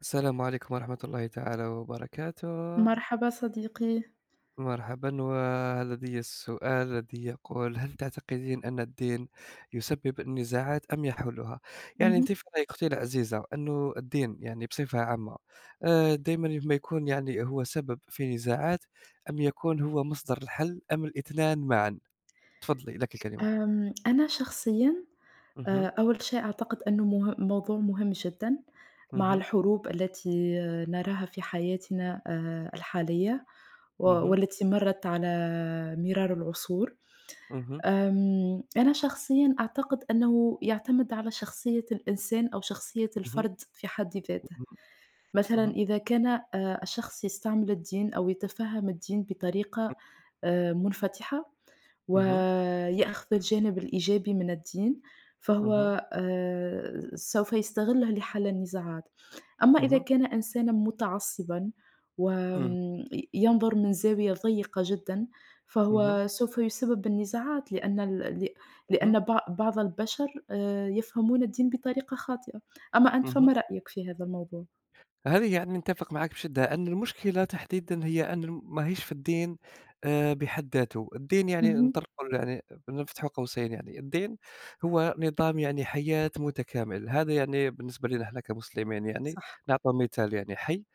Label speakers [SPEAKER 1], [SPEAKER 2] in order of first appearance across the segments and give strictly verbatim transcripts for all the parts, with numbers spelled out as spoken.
[SPEAKER 1] السلام عليكم ورحمة الله تعالى وبركاته.
[SPEAKER 2] مرحبا صديقي.
[SPEAKER 1] مرحبا وهل لدي السؤال الذي يقول هل تعتقدين أن الدين يسبب النزاعات أم يحلها؟ يعني أنت
[SPEAKER 2] اهم.
[SPEAKER 1] في رأيك أختي العزيزة أنه الدين يعني بصفة عامة آه، دائما ما يكون يعني هو سبب في نزاعات أم يكون هو مصدر الحل أم الاثنان معا؟ تفضلي لك الكلمة.
[SPEAKER 2] آمم، أنا شخصيًا آآ،
[SPEAKER 1] مهم.
[SPEAKER 2] أول شيء أعتقد أنه مه موضوع مهم جدًا مع
[SPEAKER 1] مهم.
[SPEAKER 2] الحروب التي آه، نراها في حياتنا آآ، الحالية و
[SPEAKER 1] مهم.
[SPEAKER 2] والتي مرت على مرار العصور.
[SPEAKER 1] مهم.
[SPEAKER 2] آمم، أنا شخصيًا أعتقد أنه يعتمد على شخصية الإنسان أو شخصية
[SPEAKER 1] مهم.
[SPEAKER 2] الفرد في حد ذاته. مثلًا
[SPEAKER 1] مهم.
[SPEAKER 2] إذا كان آآ، الشخص يستعمل الدين أو يتفهم الدين بطريقة آآ، منفتحة
[SPEAKER 1] مهم.
[SPEAKER 2] ويأخذ الجانب الإيجابي من الدين، فهو
[SPEAKER 1] مهم.
[SPEAKER 2] آآ سوف يستغلّه لحل النزاعات. أما إذا
[SPEAKER 1] مهم.
[SPEAKER 2] كان إنسانًا متعصبًا
[SPEAKER 1] مهم.
[SPEAKER 2] وآمم ي ينظر من زاوية ضيّقة جدًا،
[SPEAKER 1] مهم.
[SPEAKER 2] فهو سوف يسبب النزاعات لأن ال ل
[SPEAKER 1] مهم.
[SPEAKER 2] لأن بع بعض البشر آآ يفهمون الدين بطريقة خاطئة. أما أنت
[SPEAKER 1] مهم.
[SPEAKER 2] فما رأيك في هذا الموضوع؟
[SPEAKER 1] هذه يعني نتفق معك بشدة أن المشكلة تحديدًا هي أن الم- ماهيش في الدين آآ بحد ذاته، الدين يعني
[SPEAKER 2] اهم.
[SPEAKER 1] نطلقوا يعني نفتحوا قوسين يعني، الدين هو نظام يعني حياة متكامل، هذا يعني بالنسبة لنا إحنا كمسلمين يعني،
[SPEAKER 2] صح،
[SPEAKER 1] نعطوا مثال يعني حي،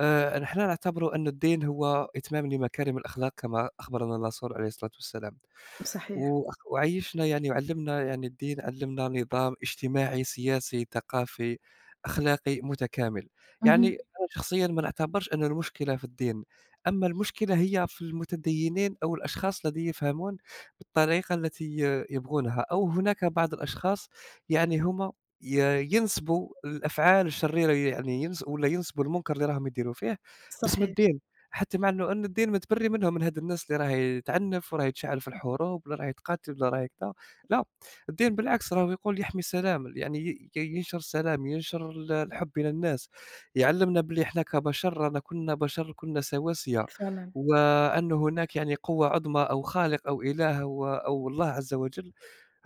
[SPEAKER 1] آآ نحن نعتبر أن الدين هو إتمام لمكارم الأخلاق كما أخبرنا الرسول عليه الصلاة والسلام.
[SPEAKER 2] صحيح.
[SPEAKER 1] وأخ وعيّشنا يعني وعلّمنا يعني الدين علّمنا نظام اجتماعي، سياسي، ثقافي، أخلاقي متكامل. يعني
[SPEAKER 2] اهم.
[SPEAKER 1] أنا شخصيًا ما نعتبرش أن المشكلة في الدين، أما المشكلة هي في المتدينين أو الأشخاص الذين يفهمون بالطريقة التي ي يبغونها، أو هناك بعض الأشخاص يعني هم ي ينسبوا الأفعال الشريرة يعني ينس ولا ينسبوا المنكر اللي راهم يديروا فيه باسم
[SPEAKER 2] صحيح،
[SPEAKER 1] الدين. حتى مع إنه إن الدين متبرّي منهم، من هاد الناس اللي راهي تعنف وراهي تشعّل في الحروب ولا راهي تقاتل ولا راهي كذا، لا، الدين بالعكس راهو يقول يحمي السلام، يعني ي ي ينشر السلام، ينشر ال الحُب بين الناس، يعلّمنا بلي إحنا كبشر رانا كُلّنا بشر، كُلّنا سواسية،
[SPEAKER 2] فعلًا.
[SPEAKER 1] وأن هناك يعني قوة عُظمى أو خالق أو إله أو أو الله عز وجل،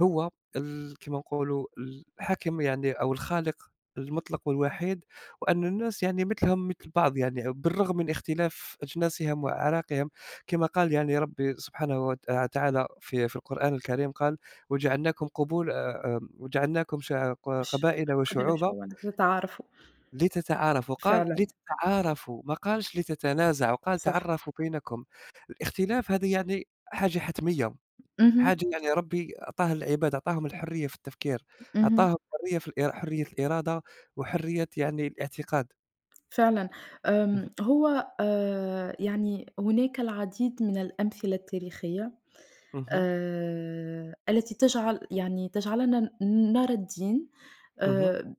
[SPEAKER 1] هو ال كيما نقولوا الحاكم يعني أو الخالق المُطلق والوحيد وأن الناس يعني مثلهم مثل بعض يعني بالرغم من اختلاف أجناسهم وأعراقهم، كما قال يعني ربي سبحانه وت تعالى في في القرآن الكريم قال: "وجعلناكم قبول آآ آمم وجعلناكم شع ق
[SPEAKER 2] ش
[SPEAKER 1] قبائل
[SPEAKER 2] قبل
[SPEAKER 1] وشعوبًا
[SPEAKER 2] شو أن تتعارفوا،
[SPEAKER 1] لتتعارفوا"، قال
[SPEAKER 2] فعلًا.
[SPEAKER 1] لتتعارفوا ما قالش لتتنازعوا، قال
[SPEAKER 2] صح.
[SPEAKER 1] تعرفوا بينكم. الاختلاف هذه يعني حاجة حتمية،
[SPEAKER 2] اهم،
[SPEAKER 1] حاجة يعني ربي أعطاها للعباد، أعطاهم الحرية في التفكير،
[SPEAKER 2] اهم،
[SPEAKER 1] أعطاهم حرية في الإر حرية الإرادة وحرية يعني الاعتقاد.
[SPEAKER 2] فعلًا.
[SPEAKER 1] اهم.
[SPEAKER 2] آمم، هو آآ، يعني هناك العديد من الأمثلة التاريخية
[SPEAKER 1] اهم.
[SPEAKER 2] آآ، التي تجعل يعني تجعلنا ن نرى الدين آآ،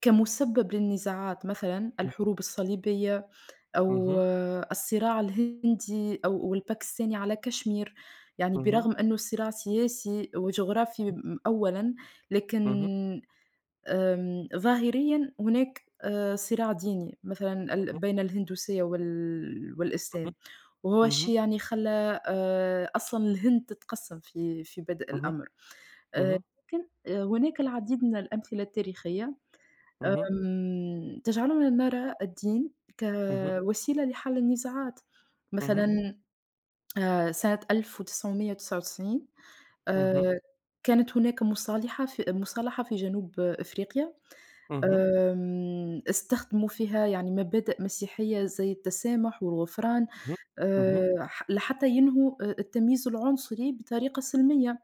[SPEAKER 2] كمسبب للنزاعات، مثلًا الحروب الصليبية أو آه، الصراع الهندي أو والباكستاني على كشمير، يعني برغم أنه صراع سياسي وجغرافي م أولًا، لكن آمم، ظاهريًا هناك آآ صراع ديني مثلًا ال بين الهندوسية وال والإسلام، وهو الشيء يعني خلّى آآ أصلًا الهند تتقسّم في في بدء الأمر، آآ لكن أه، هناك العديد من الأمثلة التاريخية آمم، تجعلنا نرى الدين كوسيلة لحل النزاعات، مثلًا آآ سنة ألف وتسعمية وتسعة وتسعين آآ كانت هناك مصالحة في مصالحة في جنوب أفريقيا. آمم، استخدموا فيها يعني مبادئ مسيحية زي التسامح والغفران، آآ، ح لحتى ينهوا آآ، التمييز العنصري بطريقة سلمية.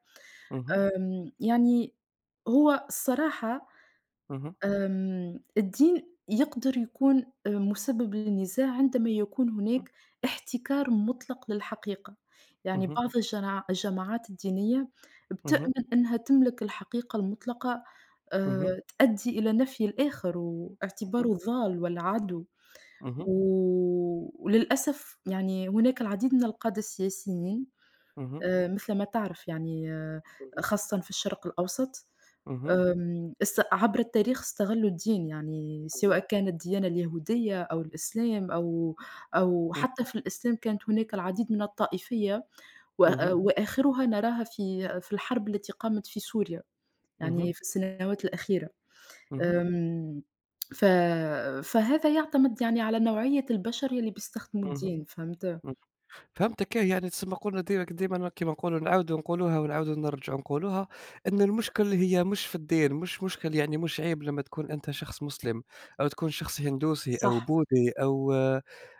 [SPEAKER 2] آمم، يعني هو الصراحة، آمم، الدين يقدر يكون آآ، مسبب للنزاع عندما يكون هناك احتكار مطلق للحقيقة، يعني بعض الجنا الجماعات الدينية بتؤمن أنها تملك الحقيقة المطلقة آآ، تؤدي إلى نفي الآخر واعتباره ضال والّا عدو، و وللأسف يعني هناك العديد من القادة السياسيين آآ، مثل ما تعرف يعني آه، خاصةً في الشرق الأوسط. آمم، است عبر التاريخ استغلّوا الدين، يعني سواء كانت الديانة اليهودية أو الإسلام أو أو حتى في الإسلام كانت هناك العديد من الطائفية و وآخرها نراها في في الحرب التي قامت في سوريا، يعني في السنوات الأخيرة. آمم، ف فهذا يعتمد يعني على نوعية البشر يلّي بيستخدموا الدين، فهمت؟
[SPEAKER 1] فهمتك إيه، يعني تسمى قلنا ديما ديما كيما نقولوا نعاودوا نقولوها ونعاودوا نرجعوا نقولوها ان المشكل هي مش في الدين مش مشكل يعني مش عيب لما تكون انت شخص مسلم او تكون شخص هندوسي او
[SPEAKER 2] صح،
[SPEAKER 1] بوذي او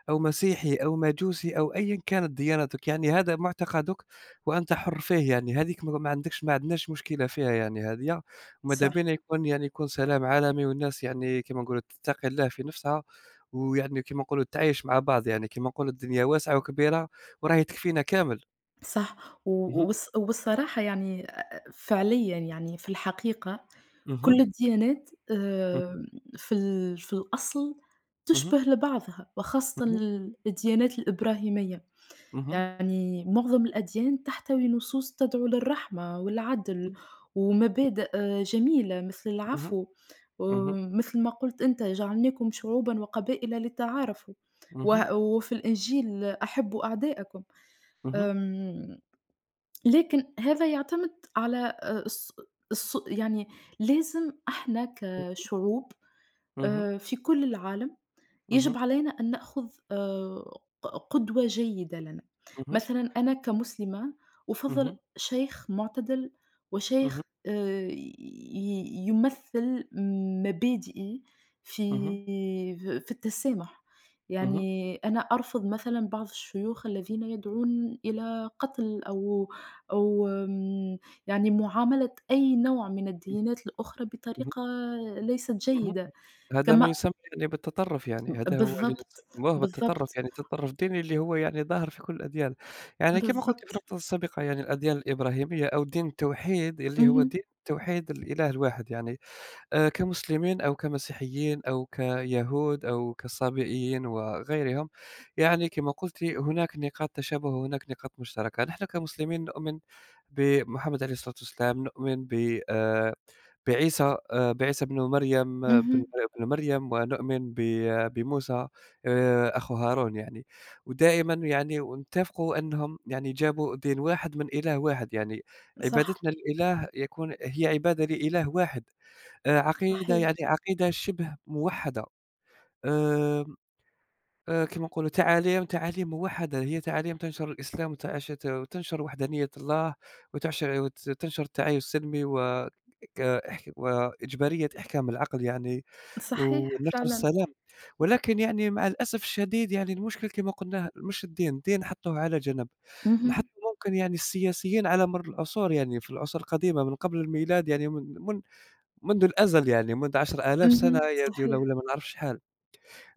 [SPEAKER 1] او مسيحي او مجوسي او ايا كانت ديانتك يعني هذا معتقدك وانت حر فيه يعني هذيك ما ما عندكش ما عندناش مشكله فيها يعني هذه وماذا
[SPEAKER 2] صح.
[SPEAKER 1] بينا يكون يعني يكون سلام عالمي والناس يعني كما نقولوا تتقي الله في نفسها ويعني كما نقولوا تعيش مع بعض يعني كما نقولوا الدنيا واسعه وكبيره وراه يكفينا كامل.
[SPEAKER 2] صح. و
[SPEAKER 1] اهم.
[SPEAKER 2] والص والصراحة يعني فعليًا يعني في الحقيقة كل
[SPEAKER 1] اهم.
[SPEAKER 2] الديانات
[SPEAKER 1] اهم.
[SPEAKER 2] آمم، في ال في الأصل
[SPEAKER 1] اهم.
[SPEAKER 2] تشبه لبعضها، وخاصةً ال الديانات الإبراهيمية،
[SPEAKER 1] اهم.
[SPEAKER 2] يعني معظم الأديان تحتوي نصوص تدعو للرحمة والعدل ومبادئ آه، جميلة مثل
[SPEAKER 1] اهم.
[SPEAKER 2] العفو،
[SPEAKER 1] اهم.
[SPEAKER 2] ومثل ما قُلت أنت جعلناكم شعوبًا وقبائل لتعارفوا،
[SPEAKER 1] اهم.
[SPEAKER 2] و وفي الإنجيل أحبوا أعداءكم.
[SPEAKER 1] اهم. اهم.
[SPEAKER 2] آمم لكن هذا يعتمد على آآ الص الص يعني لازم إحنا كشعوب
[SPEAKER 1] اهم.
[SPEAKER 2] آآ في كل العالم،
[SPEAKER 1] اهم.
[SPEAKER 2] يجب علينا أن نأخذ آآ ق قدوة جيدة لنا.
[SPEAKER 1] اهم.
[SPEAKER 2] مثلًا أنا كمسلمة أُفَضّل
[SPEAKER 1] اهم.
[SPEAKER 2] شيخ معتدل وشيخ
[SPEAKER 1] اهم.
[SPEAKER 2] آآ ي يمثّل مبادئي في
[SPEAKER 1] اهم.
[SPEAKER 2] في التسامح.
[SPEAKER 1] اهم.
[SPEAKER 2] يعني أنا أرفض مثلًا بعض الشيوخ الذين يدعون إلى قتل أو أو آمم يعني معاملة أي نوع من الديانات الأخرى
[SPEAKER 1] اهم.
[SPEAKER 2] بطريقة ليست
[SPEAKER 1] اهم.
[SPEAKER 2] جيدة.
[SPEAKER 1] هذا ما
[SPEAKER 2] كما
[SPEAKER 1] يسمى يعني بالتطرُّف يعني، هذا هو اللي
[SPEAKER 2] بالضبط،
[SPEAKER 1] يسموه بالتطرُّف،
[SPEAKER 2] بالضبط،
[SPEAKER 1] يعني التطرُّف الديني اللي هو يعني ظاهر في كل الأديان. يعني كما قُلت في
[SPEAKER 2] بالضبط.
[SPEAKER 1] النقطة السابقة يعني الأديان الإبراهيمية أو دين التوحيد اللي هو
[SPEAKER 2] اهم،
[SPEAKER 1] دين توحيد الإله الواحد يعني. آآ كمسلمين أو كمسيحيين أو كيهود أو كصابئيين وغيرهم، يعني كما قلتِ هناك نقاط تشابه وهناك نقاط مشتركة. نحن كمسلمين نؤمن بمحمد عليه الصلاة والسلام، نؤمن ب آآ بعيسى آآ بعيسى بن مريم، آه، بن
[SPEAKER 2] اهم،
[SPEAKER 1] بن مريم، ونؤمن ب آه، بموسى آآ أخو هارون يعني. ودائمًا يعني ونتفقوا أنهم يعني جابوا دين واحد من إله واحد، يعني
[SPEAKER 2] صح،
[SPEAKER 1] عبادتنا للإله يكون هي عبادة لإله واحد. آآ عقيدة
[SPEAKER 2] صحيح،
[SPEAKER 1] يعني عقيدة شِبه موحّدة، آمم، آآ كيما نقولوا تعاليم تعاليم موحّدة، هي تعاليم تنشر الإسلام وتعش ت وتنشر وحدانية الله، وتعشر وت تنشر التعايش السلمي و ك إحك وإجبارية إحكام العقل يعني،
[SPEAKER 2] صحيح
[SPEAKER 1] ونشر
[SPEAKER 2] فعلًا.
[SPEAKER 1] السلام، ولكن يعني مع الأسف الشديد يعني المشكل كيما قلناه مش الدين، الدين نحطّوه على جنب،
[SPEAKER 2] اهم،
[SPEAKER 1] نحطّوا ممكن يعني السياسيين على مَر العصور يعني في العصور القديمة من قبل الميلاد يعني من من منذ الأزل يعني، منذ عشرة آلاف
[SPEAKER 2] اهم،
[SPEAKER 1] سنة ي ي
[SPEAKER 2] صحيح.
[SPEAKER 1] والّا ما نعرف شحال،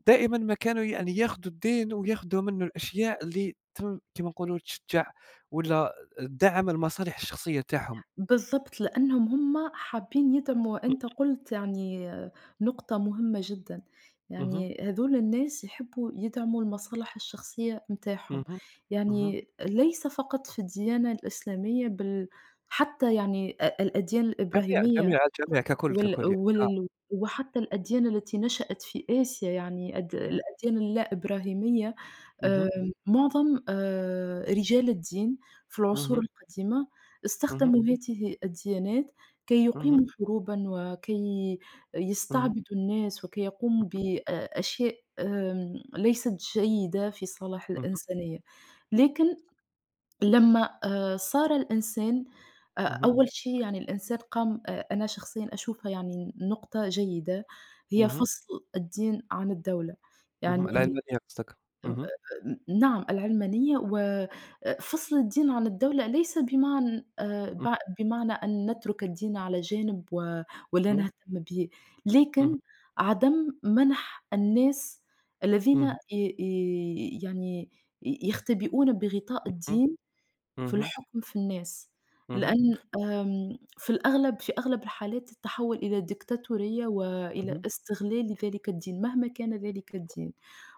[SPEAKER 1] دائمًا ما كانوا يعني ياخذوا الدين وياخذوا منه الأشياء اللي تم كيما نقولوا تشجّع والّا تدعّم المصالح الشخصية تاعهم.
[SPEAKER 2] بالضبط، لأنهم هم حابين يدعموا. أنت قُلت يعني نقطة مهمة جدًا،
[SPEAKER 1] اهم.
[SPEAKER 2] يعني هذول الناس يحبوا يدعموا المصالح الشخصية
[SPEAKER 1] اهم.
[SPEAKER 2] متاعهم،
[SPEAKER 1] اهم. اهم.
[SPEAKER 2] يعني ليس فقط في الديانة الإسلامية بل حتى يعني أ الأديان
[SPEAKER 1] جميع،
[SPEAKER 2] الإبراهيمية
[SPEAKER 1] جميع، الجميع ككل،
[SPEAKER 2] وال
[SPEAKER 1] ككل يعني آه.
[SPEAKER 2] وال وحتى الأديان التي نشأت في آسيا يعني أد
[SPEAKER 1] اهم.
[SPEAKER 2] الأديان اللا إبراهيمية.
[SPEAKER 1] اهم.
[SPEAKER 2] آمم، معظم آآ رجال الدين في العصور
[SPEAKER 1] اهم.
[SPEAKER 2] القديمة
[SPEAKER 1] اهم.
[SPEAKER 2] استخدموا هذه الديانات كي
[SPEAKER 1] اهم.
[SPEAKER 2] يقيموا حروبًا وكي يستعبدوا الناس وكي يقوموا بأ أشياء آمم، ليست جيدة في صالح
[SPEAKER 1] اهم.
[SPEAKER 2] الإنسانية، لكن لمّا آآ صار الإنسان أ
[SPEAKER 1] اهم.
[SPEAKER 2] أول شي يعني الإنسان قام. أ أنا شخصيًا أشوفها يعني نقطة جيدة، هي
[SPEAKER 1] اهم.
[SPEAKER 2] فصل الدين عن الدولة، يعني
[SPEAKER 1] اهم. العلمانية قصدك.
[SPEAKER 2] م
[SPEAKER 1] اهم.
[SPEAKER 2] م نعم العلمانية وفصل الدين عن الدولة ليس بمعن آآ
[SPEAKER 1] اهم.
[SPEAKER 2] بع بمعنى أن نترك الدين على جانب و ولا
[SPEAKER 1] اهم.
[SPEAKER 2] نهتم به،
[SPEAKER 1] اهم.
[SPEAKER 2] لكن عدم منح الناس الذين
[SPEAKER 1] اهم.
[SPEAKER 2] ي ي يعني ي يختبئون بغطاء
[SPEAKER 1] اهم.
[SPEAKER 2] الدين في
[SPEAKER 1] اهم.
[SPEAKER 2] الحكم في الناس،
[SPEAKER 1] اهم.
[SPEAKER 2] لأن آمم، في الأغلب في أغلب الحالات تتحول إلى ديكتاتورية وإلى
[SPEAKER 1] اهم.
[SPEAKER 2] استغلال لذلك الدين، مهما كان ذلك الدين،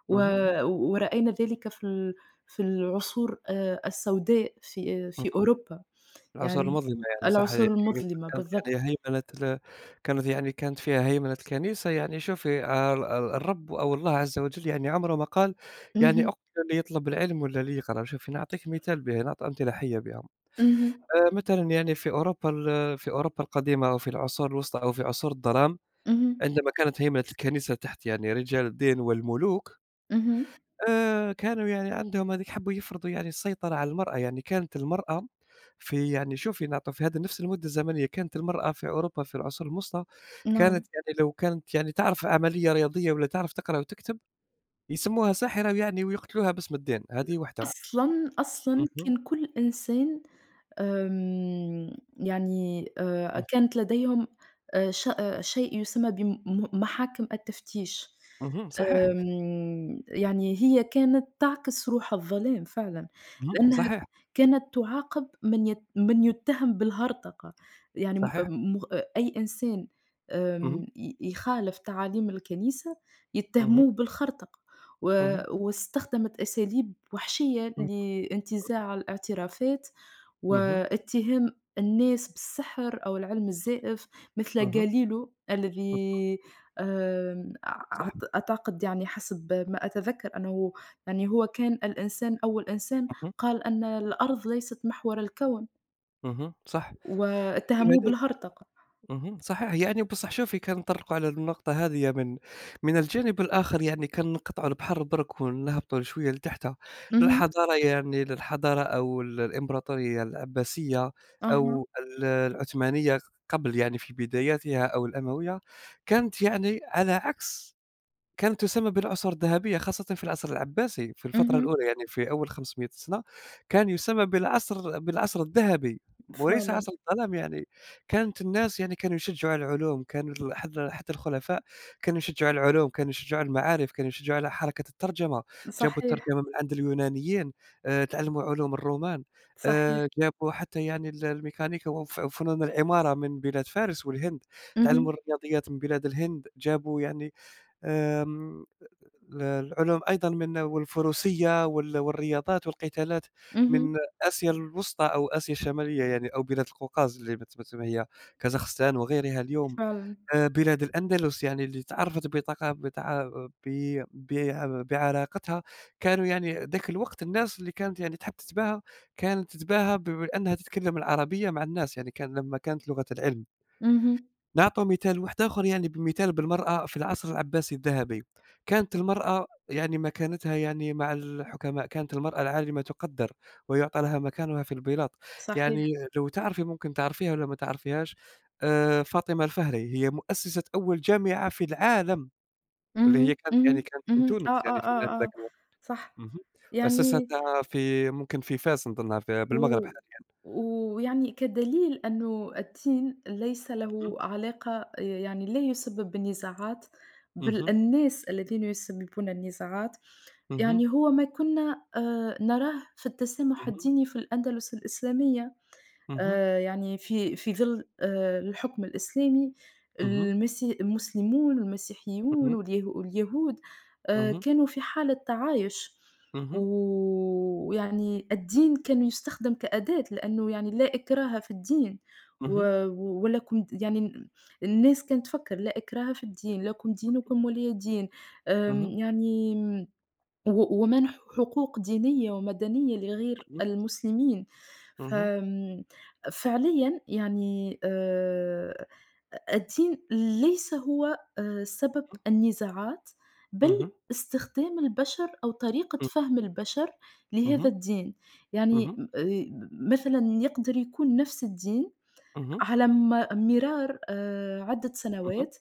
[SPEAKER 2] و
[SPEAKER 1] اهم.
[SPEAKER 2] ورأينا ذلك في ال في العصور آآ، السوداء في في أوروبا،
[SPEAKER 1] الآثار
[SPEAKER 2] يعني
[SPEAKER 1] المظلمة يعني صح،
[SPEAKER 2] العصور
[SPEAKER 1] يعني
[SPEAKER 2] المظلمة
[SPEAKER 1] كانت يعني
[SPEAKER 2] بالضبط.
[SPEAKER 1] هيمنة ال كانت يعني كانت فيها هيمنة كنيسة يعني شوفي آآ ال ال الرب أو الله عز وجل يعني عمره ما قال يعني
[SPEAKER 2] اهم،
[SPEAKER 1] اقتل اللي يطلب العلم والّا اللي يقرأ، شوفي نعطيك مثال به نعطي أمثلة حية بها،
[SPEAKER 2] اهم،
[SPEAKER 1] آآ مثلًا يعني في أوروبا ال في أوروبا القديمة أو في العصور الوسطى أو في عصور الظلام،
[SPEAKER 2] اهم،
[SPEAKER 1] عندما كانت هيمنة الكنيسة تحت يعني رجال الدين والملوك
[SPEAKER 2] اهم،
[SPEAKER 1] آآ كانوا يعني عندهم هذيك حبّوا يفرضوا يعني السيطرة على المرأة، يعني كانت المرأة في يعني شوفي نعطوا في هذا نفس المدة الزمنية، كانت المرأة في أوروبا في العصور الوسطى،
[SPEAKER 2] نعم.
[SPEAKER 1] كانت يعني لو كانت يعني تعرف عملية رياضية والّا تعرف تقرا وتكتب، يسموها ساحرة ويعني ويقتلوها باسم الدين، هذه واحدة.
[SPEAKER 2] أصلًا، أصلًا
[SPEAKER 1] اهم.
[SPEAKER 2] كان كل إنسان آمم، يعني آآ
[SPEAKER 1] اهم.
[SPEAKER 2] كانت لديهم آآ ش آآ شيء يسمى بم محاكم التفتيش.
[SPEAKER 1] اهم. صحيح.
[SPEAKER 2] آمم، يعني هي كانت تعكس روح الظلام فعلًا،
[SPEAKER 1] اهم.
[SPEAKER 2] لأنها
[SPEAKER 1] صحيح.
[SPEAKER 2] كانت تعاقب من يت من يتهم بالهرطقة، يعني م
[SPEAKER 1] صحيح.
[SPEAKER 2] م أي إنسان
[SPEAKER 1] اهم.
[SPEAKER 2] آمم، ي يخالف تعاليم الكنيسة
[SPEAKER 1] اهم.
[SPEAKER 2] يتهموه بالخرطقة، و
[SPEAKER 1] اهم.
[SPEAKER 2] واستخدمت أساليب وحشية لانتزاع الاعترافات
[SPEAKER 1] اهم.
[SPEAKER 2] واتهام الناس بالسحر أو العلم الزائف مثل
[SPEAKER 1] اهم.
[SPEAKER 2] غاليليو
[SPEAKER 1] اهم.
[SPEAKER 2] الذي آمم
[SPEAKER 1] صح.
[SPEAKER 2] أعت أعتقد يعني حسب ما أتذكر أنه يعني هو كان الإنسان أول إنسان
[SPEAKER 1] اهم.
[SPEAKER 2] قال أن الأرض ليست محور الكون،
[SPEAKER 1] اهم. صح.
[SPEAKER 2] واتهموه بالهرطقة.
[SPEAKER 1] اهم. صحيح. يعني بصح شوفي كنطرقوا على النقطة هذية من من الجانب الآخر يعني كنقطعوا البحر برك ونهبطوا شوية لتحت، إمم.
[SPEAKER 2] اهم،
[SPEAKER 1] للحضارة يعني للحضارة أو ال الإمبراطورية العباسية
[SPEAKER 2] أها،
[SPEAKER 1] أو ال العثمانية قبل يعني في بداياتها أو الأموية، كانت يعني على عكس كانت تسمى بالعصور الذهبية خاصةً في العصر العباسي، في الفترة
[SPEAKER 2] اهم،
[SPEAKER 1] الأولى يعني في أول خمسمائة سنة، كان يسمى بالعصر بالعصر الذهبي وليس
[SPEAKER 2] فعلًا،
[SPEAKER 1] عصر الظلام يعني، كانت الناس يعني كانوا يشجّعوا على العلوم، كانوا ال حتى حتى الخلفاء كانوا يشجّعوا على العلوم، كانوا يشجّعوا على المعارف، كانوا يشجّعوا على حركة الترجمة، جابوا الترجمة
[SPEAKER 2] صحيح،
[SPEAKER 1] من عند اليونانيين، آآ تعلّموا علوم الرومان،
[SPEAKER 2] صحيح،
[SPEAKER 1] آآ جابوا حتى يعني ال الميكانيكا وف وفنون العمارة من بلاد فارس والهند، تعلّموا
[SPEAKER 2] اهم،
[SPEAKER 1] الرياضيات من بلاد الهند، جابوا يعني آمم ال العلوم أيضًا من والفروسية وال والرياضات والقتالات
[SPEAKER 2] اهم،
[SPEAKER 1] من آسيا الوسطى أو آسيا الشمالية يعني أو بلاد القوقاز اللي مت مت ما هي كازاخستان وغيرها اليوم،
[SPEAKER 2] فعلًا،
[SPEAKER 1] آآ بلاد الأندلس يعني اللي تعرّفت بثقا بتع ب ب بعلاقتها، كانوا يعني ذاك الوقت الناس اللي كانت يعني تحب تتباهى، كانت تتباهى ب بأنها تتكلم العربية مع الناس، يعني كان لمّا كانت لغة العلم.
[SPEAKER 2] اهم،
[SPEAKER 1] نعطوا مثال واحد آخر يعني بمثال بالمرأة في العصر العباسي الذهبي، كانت المرأة يعني مكانتها يعني مع الحكماء، كانت المرأة العالمة تُقدّر ويُعطى لها مكانها في البلاط،
[SPEAKER 2] صحيح،
[SPEAKER 1] يعني لو تعرفي ممكن تعرفيها والّا ما تعرفيهاش. آآ، فاطمة الفهري هي مؤسسة أول جامعة في العالم، واللي هي
[SPEAKER 2] اهم،
[SPEAKER 1] كانت يعني
[SPEAKER 2] اهم،
[SPEAKER 1] كانت من
[SPEAKER 2] اهم،
[SPEAKER 1] تونس
[SPEAKER 2] آه، آه،
[SPEAKER 1] يعني في
[SPEAKER 2] آه،
[SPEAKER 1] ذاك
[SPEAKER 2] آه،
[SPEAKER 1] الوقت.
[SPEAKER 2] صح،
[SPEAKER 1] اهم.
[SPEAKER 2] يعني
[SPEAKER 1] وأسستها في ممكن في فاس نظنها في بالمغرب
[SPEAKER 2] و
[SPEAKER 1] حاليًا.
[SPEAKER 2] ويعني كدليل أنه الدين ليس
[SPEAKER 1] اهم.
[SPEAKER 2] له علاقة يعني لا يسبب النزاعات، بل
[SPEAKER 1] اهم.
[SPEAKER 2] الناس الذين يسببون النزاعات،
[SPEAKER 1] اهم.
[SPEAKER 2] يعني هو ما كنا آآ نراه في التسامح
[SPEAKER 1] اهم.
[SPEAKER 2] الديني في الأندلس الإسلامية.
[SPEAKER 1] اهم.
[SPEAKER 2] آآ يعني في في ظِل آآ الحُكم الإسلامي
[SPEAKER 1] اهم.
[SPEAKER 2] المسي المسلمون والمسيحيون
[SPEAKER 1] اهم.
[SPEAKER 2] واليه واليهود آآ
[SPEAKER 1] اهم.
[SPEAKER 2] كانوا في حالة تعايش،
[SPEAKER 1] اهم.
[SPEAKER 2] و- ويعني الدين كان يُستخدم كأداة، لأنه يعني لا إكراه في الدين و
[SPEAKER 1] Mhm.
[SPEAKER 2] ولا كُن يعني ن الناس كانت تفكّر لا إكراه في الدين، لكم دينكم ولي دين،
[SPEAKER 1] Mhm.
[SPEAKER 2] آمم يعني و ومنح حقوق دينية ومدنية لغير
[SPEAKER 1] Mhm.
[SPEAKER 2] المسلمين.
[SPEAKER 1] Mhm.
[SPEAKER 2] فآمم فعليًا يعني آآ الدين ليس هو آآ سبب النزاعات، بل
[SPEAKER 1] Mhm.
[SPEAKER 2] استخدام البشر أو طريقة فهم البشر لهذا
[SPEAKER 1] Mhm.
[SPEAKER 2] الدين، يعني
[SPEAKER 1] Mhm.
[SPEAKER 2] م آآ مثلًا يقدر يكون نفس الدين
[SPEAKER 1] Mhm. Mhm.
[SPEAKER 2] على م مرار آآ عدة
[SPEAKER 1] Mhm.
[SPEAKER 2] سنوات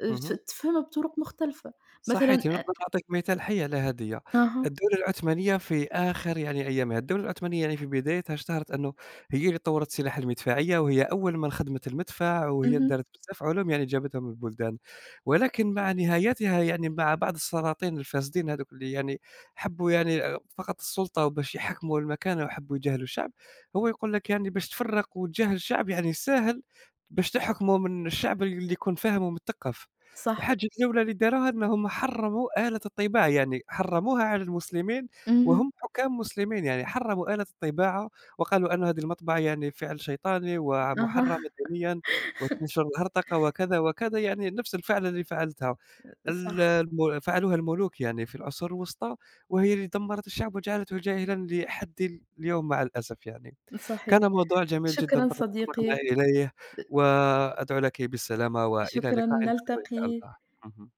[SPEAKER 2] آآ ت
[SPEAKER 1] Mhm.
[SPEAKER 2] تفهمها بطرق مختلفة، مثلًا
[SPEAKER 1] صحيتِ، ونقدر
[SPEAKER 2] أ
[SPEAKER 1] نعطيك مثال حي على هذه،
[SPEAKER 2] أها،
[SPEAKER 1] الدولة العثمانية في آخر يعني أيامها، الدولة العثمانية يعني في بدايتها اشتهرت أنه هي اللي طوّرت السلاح المدفعية، وهي أول من خدمت المدفع، وهي اللي
[SPEAKER 2] اهم،
[SPEAKER 1] دارت بزاف علوم يعني جابتهم للبلدان، ولكن مع نهايتها يعني مع بعض السلاطين الفاسدين هذوك اللي يعني حبّوا يعني آآ، فقط السلطة وباش يحكموا المكانة وحبّوا يجاهلوا الشعب، هو يقول لك يعني باش تفرّق وتجاهل الشعب يعني ساهل باش تحكمه من الشعب اللي يكون فاهم ومثقف.
[SPEAKER 2] صح.
[SPEAKER 1] الحاجة الأولى اللي داروها أنهم حرّموا آلة الطباعة، يعني حرّموها على المسلمين
[SPEAKER 2] اهم.
[SPEAKER 1] وهم حُكام مسلمين، يعني حرّموا آلة الطباعة وقالوا أن هذه المطبعة يعني فعل شيطاني ومحرّمة
[SPEAKER 2] أها.
[SPEAKER 1] دينيًا وتنشر الهرطقة وكذا، وكذا، يعني نفس الفعل اللي فعلتها ال
[SPEAKER 2] صح،
[SPEAKER 1] الم فعلوها الملوك يعني في العصور الوسطى، وهي اللي دمّرت الشعب وجعلته جاهلًا لحد اليوم مع الأسف يعني.
[SPEAKER 2] صحيح.
[SPEAKER 1] كان موضوع جميل جدًا
[SPEAKER 2] شكرًا
[SPEAKER 1] تطرقنا
[SPEAKER 2] صديقي،
[SPEAKER 1] إليه، وأدعو لكِ بالسلامة وإلى
[SPEAKER 2] شكرًا،
[SPEAKER 1] لقاء آخر إن شاء
[SPEAKER 2] نلتقي.
[SPEAKER 1] الله. اهم.